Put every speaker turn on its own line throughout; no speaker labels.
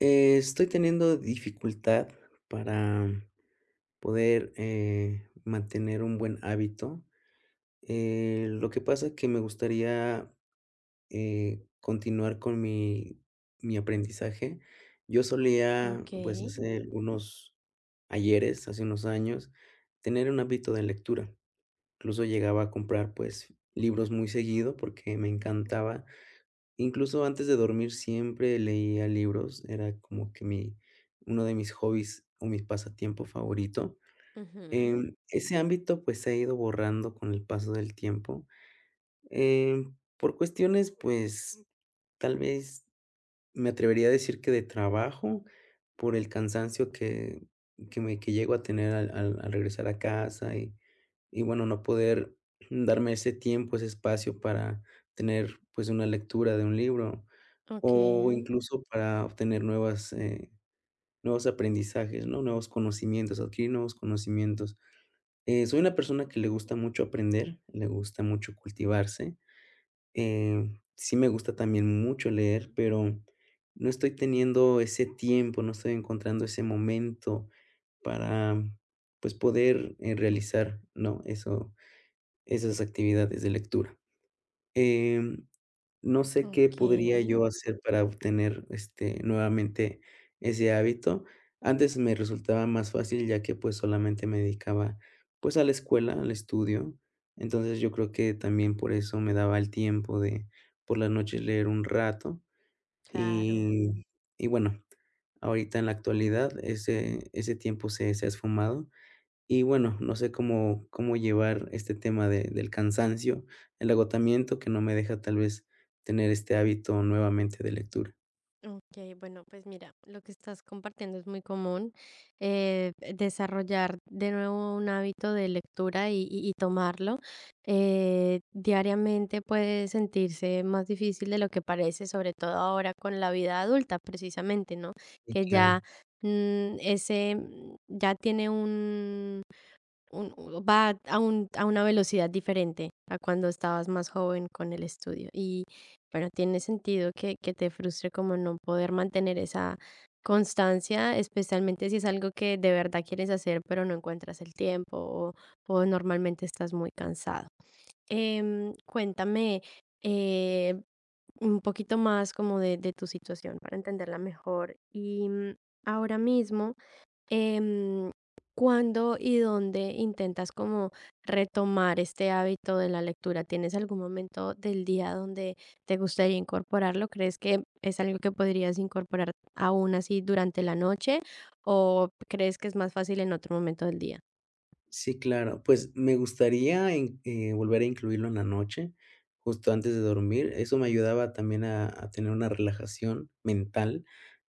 Estoy teniendo dificultad para poder, mantener un buen hábito. Lo que pasa es que me gustaría, continuar con mi aprendizaje. Yo solía, pues,
Okey,
hace unos ayeres, hace unos años, tener un hábito de lectura. Incluso llegaba a comprar, pues, libros muy seguido porque me encantaba. Incluso antes de dormir siempre leía libros, era como que mi uno de mis hobbies o mi pasatiempo favorito.
ujú,
Ese ámbito, pues, se ha ido borrando con el paso del tiempo, por cuestiones, pues, tal vez me atrevería a decir que de trabajo, por el cansancio que llego a tener al regresar a casa y bueno, no poder darme ese tiempo, ese espacio para tener, pues, una lectura de un libro. O
okey,
incluso para obtener nuevas, nuevos aprendizajes, ¿no? Nuevos conocimientos, adquirir nuevos conocimientos. Soy una persona que le gusta mucho aprender, le gusta mucho cultivarse. Sí me gusta también mucho leer, pero no estoy teniendo ese tiempo, no estoy encontrando ese momento para, pues, poder, realizar, ¿no? Eso esas actividades de lectura. Em no sé qué podría
okey,
yo hacer para obtener, este, nuevamente ese hábito. Antes me resultaba más fácil, ya que, pues, solamente me dedicaba, pues, a la escuela, al estudio. Entonces, yo creo que también por eso me daba el tiempo de, por las noches, leer un rato.
claro,
Y y bueno, ahorita en la actualidad ese tiempo se ha esfumado y bueno, no sé cómo llevar este tema de del cansancio, el agotamiento que no me deja tal vez tener este hábito nuevamente de lectura.
okey. Bueno, pues mira, lo que estás compartiendo es muy común, desarrollar de nuevo un hábito de lectura y tomarlo, diariamente puede sentirse más difícil de lo que parece, sobre todo ahora con la vida adulta, precisamente, ¿no?
Sí,
Que
claro.
ya, mm, ese, mm, ya tiene un u va a un a una velocidad diferente a cuando estabas más joven con el estudio. Y bueno, tiene sentido que te frustre como no poder mantener esa constancia, especialmente si es algo que de verdad quieres hacer, pero no encuentras el tiempo o normalmente estás muy cansado. Cuéntame, eh, un poquito más como de tu situación para entenderla mejor. Y, ahora mismo Em, ¿cuándo y dónde intentas como retomar este hábito de la lectura? ¿Tienes algún momento del día donde te gustaría incorporarlo? ¿Crees que es algo que podrías incorporar aún así durante la noche o crees que es más fácil en otro momento del día?
Sí, claro. Pues me gustaría in volver a incluirlo en la noche, justo antes de dormir. Eso me ayudaba también a tener una relajación mental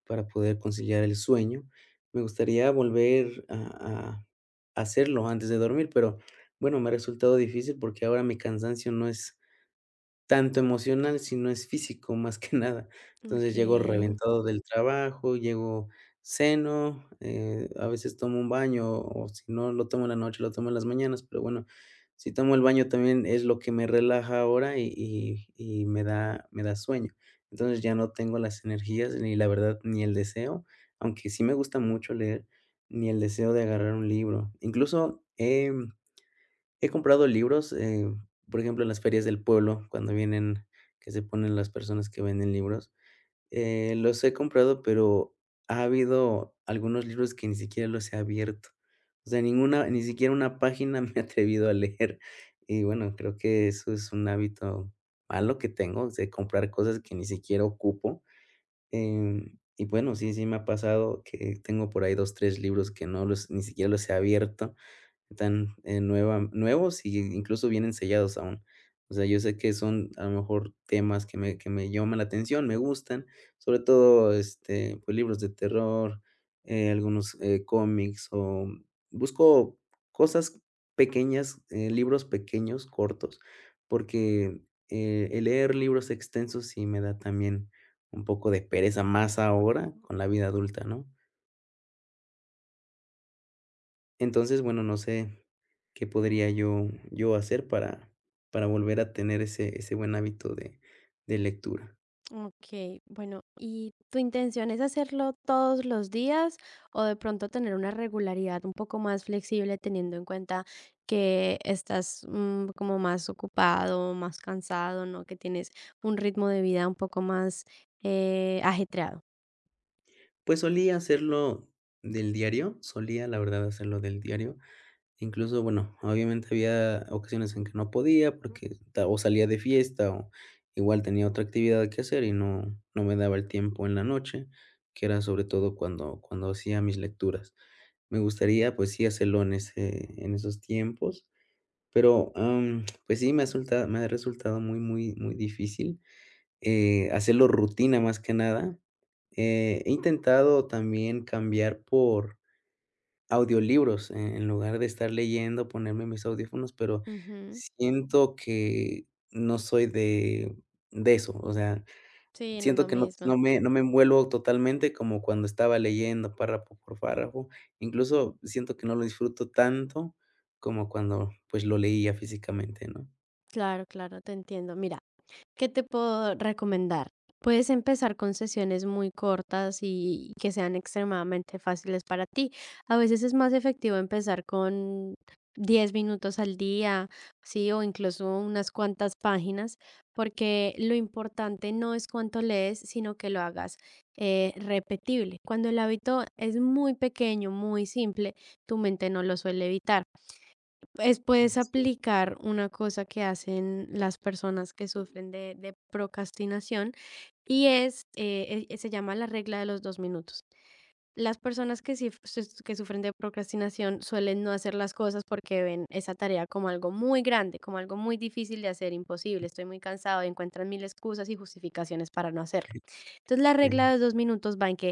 para poder conciliar el sueño. Me gustaría volver a hacerlo antes de dormir, pero bueno, me ha resultado difícil porque ahora mi cansancio no es tanto emocional, si no es físico, más que nada. Entonces,
Ok.
llego reventado del trabajo, llego, ceno, a veces tomo un baño, o si no lo tomo en la noche, lo tomo en las mañanas, pero bueno, si tomo el baño también es lo que me relaja ahora y me da sueño. Entonces, ya no tengo las energías, ni la verdad, ni el deseo, aunque sí me gusta mucho leer, ni el deseo de agarrar un libro. Incluso, he comprado libros, por ejemplo, en las ferias del pueblo, cuando vienen, que se ponen las personas que venden libros, los he comprado, pero ha habido algunos libros que ni siquiera los he abierto. O sea, ninguna ni siquiera una página me he atrevido a leer. Y bueno, creo que eso es un hábito malo que tengo, de comprar cosas que ni siquiera ocupo. Y bueno, sí, sí me ha pasado que tengo por ahí 2 3 libros que no los ni siquiera los he abierto. Están, nueva nuevos y incluso vienen sellados aún. O sea, yo sé que son, a lo mejor, temas que me llaman la atención, me gustan, sobre todo, este, pues, libros de terror, algunos, cómics, o busco cosas pequeñas, libros pequeños, cortos, porque, el leer libros extensos sí me da también un poco de pereza, más ahora con la vida adulta, ¿no? Entonces, bueno, no sé qué podría yo hacer para volver a tener ese buen hábito de lectura.
Ok, bueno, ¿y tu intención es hacerlo todos los días o de pronto tener una regularidad un poco más flexible teniendo en cuenta que estás como más ocupado, más cansado, ¿no? Que tienes un ritmo de vida un poco más ajetreado.
Pues, solía hacerlo del diario, solía, la verdad, hacerlo del diario. Incluso, bueno, obviamente había ocasiones en que no podía porque ta o salía de fiesta o igual tenía otra actividad que hacer y no me daba el tiempo en la noche, que era sobre todo cuando hacía mis lecturas. Me gustaría, pues sí, hacerlo en ese en esos tiempos. Pero, pues sí, me ha resultado muy, muy, muy difícil, hacerlo rutina más que nada. He intentado también cambiar por audiolibros, en lugar de estar leyendo, ponerme mis audífonos, pero
Ujú.
siento que no soy de eso, o sea,
Sí, no es
siento
lo
que no
mismo.
no me no me envuelvo totalmente como cuando estaba leyendo párrafo por párrafo, incluso siento que no lo disfruto tanto como cuando, pues, lo leía físicamente, ¿no?
Claro, claro, te entiendo. Mira, ¿qué te puedo recomendar? Puedes empezar con sesiones muy cortas y que sean extremadamente fáciles para ti. A veces es más efectivo empezar con 10 minutos al día, sí, o incluso unas cuantas páginas, porque lo importante no es cuánto lees, sino que lo hagas repetible. Cuando el hábito es muy pequeño, muy simple, tu mente no lo suele evitar. Es, puedes
Sí,
aplicar una cosa que hacen las personas que sufren de procrastinación y es, se llama la regla de los 2 minutos. Las personas que sí sus que sufren de procrastinación suelen no hacer las cosas porque ven esa tarea como algo muy grande, como algo muy difícil de hacer, imposible, estoy muy cansado, y encuentran 1000 excusas y justificaciones para no hacerlo. Entonces, la regla de 2 minutos va en que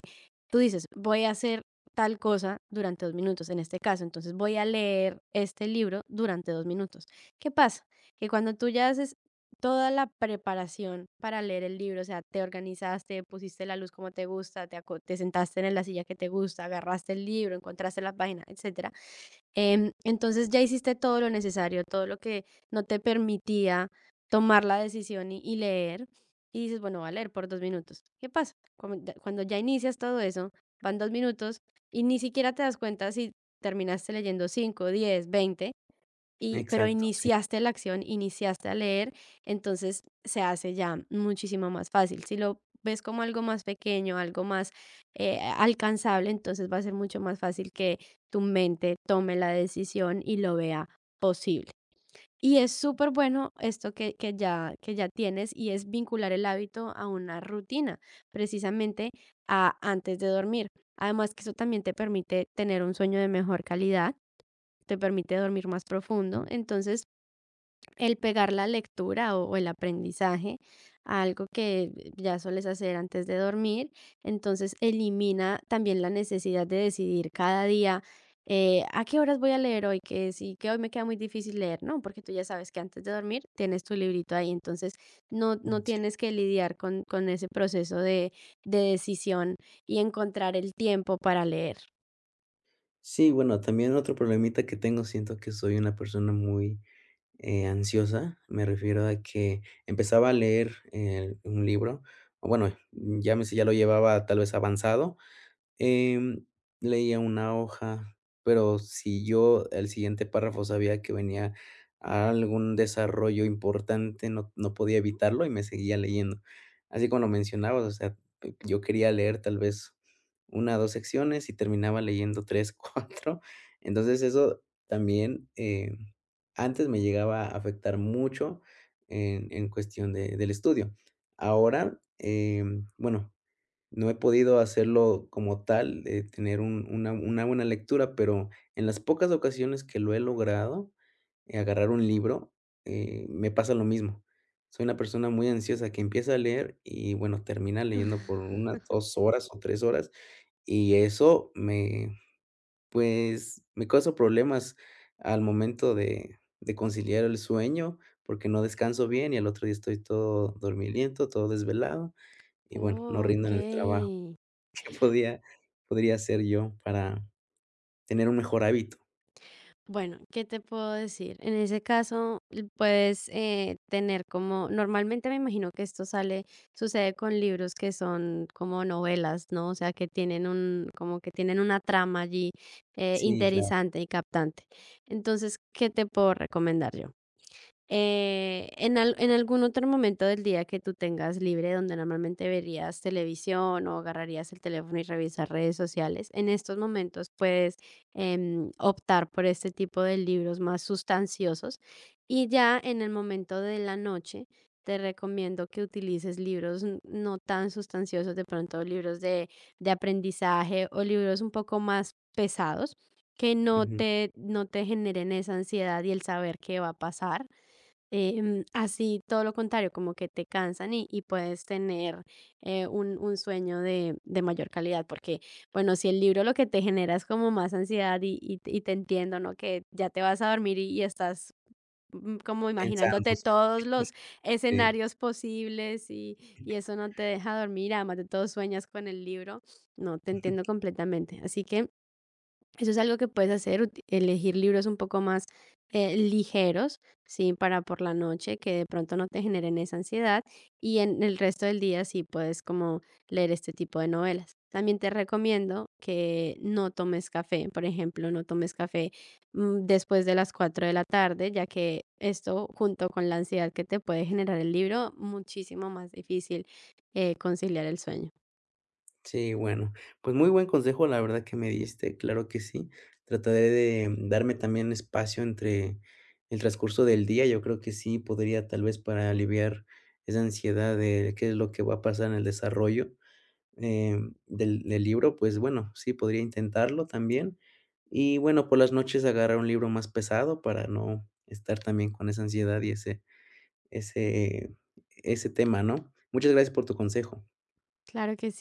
tú dices: "Voy a hacer tal cosa durante 2 minutos", en este caso, entonces, voy a leer este libro durante 2 minutos. ¿Qué pasa? Que cuando tú ya haces toda la preparación para leer el libro, o sea, te organizaste, pusiste la luz como te gusta, te sentaste en la silla que te gusta, agarraste el libro, encontraste la página, etcétera. Entonces ya hiciste todo lo necesario, todo lo que no te permitía tomar la decisión y leer. Y dices, bueno, voy a leer por 2 minutos. ¿Qué pasa? Cuando ya inicias todo eso, van 2 minutos y ni siquiera te das cuenta si terminaste leyendo cinco, diez, veinte,
sí,
y, pero
exacto, sí,
iniciaste la acción, iniciaste a leer, entonces se hace ya muchísimo más fácil. Si lo ves como algo más pequeño, algo más alcanzable, entonces va a ser mucho más fácil que tu mente tome la decisión y lo vea posible. Y es súper bueno esto que ya tienes, y es vincular el hábito a una rutina, precisamente a antes de dormir. Además que eso también te permite tener un sueño de mejor calidad, te permite dormir más profundo. Entonces, el pegar la lectura o el aprendizaje a algo que ya sueles hacer antes de dormir, entonces elimina también la necesidad de decidir cada día a qué horas voy a leer hoy, que sí, que hoy me queda muy difícil leer, ¿no? Porque tú ya sabes que antes de dormir tienes tu librito ahí, entonces no,
mm,
no
sí.
tienes que lidiar con ese proceso de decisión y encontrar el tiempo para leer.
Sí, bueno, también otro problemita que tengo, siento que soy una persona muy, ansiosa, me refiero a que empezaba a leer, un libro, o bueno, llámese, ya lo llevaba tal vez avanzado. Em, leía una hoja, pero si yo el siguiente párrafo sabía que venía algún desarrollo importante, no podía evitarlo y me seguía leyendo. Así como lo mencionabas, o sea, yo quería leer tal vez una o dos secciones y terminaba leyendo tres, cuatro. Entonces eso también antes me llegaba a afectar mucho en cuestión del estudio. Ahora, bueno, no he podido hacerlo como tal, de tener un una buena lectura, pero en las pocas ocasiones que lo he logrado, agarrar un libro, me pasa lo mismo. Soy una persona muy ansiosa que empieza a leer y, bueno, termina leyendo por unas 2 horas o 3 horas, y eso me, pues, me causa problemas al momento de conciliar el sueño, porque no descanso bien y al otro día estoy todo dormiliento, todo desvelado y, bueno, no
Oh,
rindo
ok.
en el trabajo. ¿Qué podía podría hacer yo para tener un mejor hábito?
Bueno, ¿qué te puedo decir? En ese caso, puedes tener como, normalmente me imagino que sucede con libros que son como novelas, ¿no? O sea, que tienen un, como que tienen una trama allí
Sí, claro.
interesante y captante. Entonces, ¿qué te puedo recomendar yo? En algún otro momento del día que tú tengas libre, donde normalmente verías televisión o agarrarías el teléfono y revisar redes sociales, en estos momentos puedes, optar por este tipo de libros más sustanciosos. Y ya en el momento de la noche, te recomiendo que utilices libros n no tan sustanciosos, de pronto libros de aprendizaje o libros un poco más pesados que
Ujú.
no te generen esa ansiedad y el saber qué va a pasar. Así, todo lo contrario, como que te cansan y puedes tener un sueño de mayor calidad, porque bueno, si el libro lo que te genera es como más ansiedad y te entiendo, ¿no? Que ya te vas a dormir y estás como imaginándote
Pensándose,
todos los
sí.
escenarios posibles y eso no te deja dormir, además de todo sueñas con el libro, no, te entiendo completamente. Así que... Eso es algo que puedes hacer, elegir libros un poco más ligeros, sí, para por la noche, que de pronto no te generen esa ansiedad y en el resto del día sí puedes como leer este tipo de novelas. También te recomiendo que no tomes café, por ejemplo, no tomes café después de las 4 de la tarde, ya que esto junto con la ansiedad que te puede generar el libro, muchísimo más difícil conciliar el sueño.
Sí, bueno, pues muy buen consejo, la verdad, que me diste, claro que sí. Trataré de darme también espacio entre el transcurso del día. Yo creo que sí podría, tal vez, para aliviar esa ansiedad de qué es lo que va a pasar en el desarrollo. eh, del libro, pues bueno, sí, podría intentarlo también. Y bueno, por las noches agarrar un libro más pesado para no estar también con esa ansiedad y ese ese tema, ¿no? Muchas gracias por tu consejo.
Claro que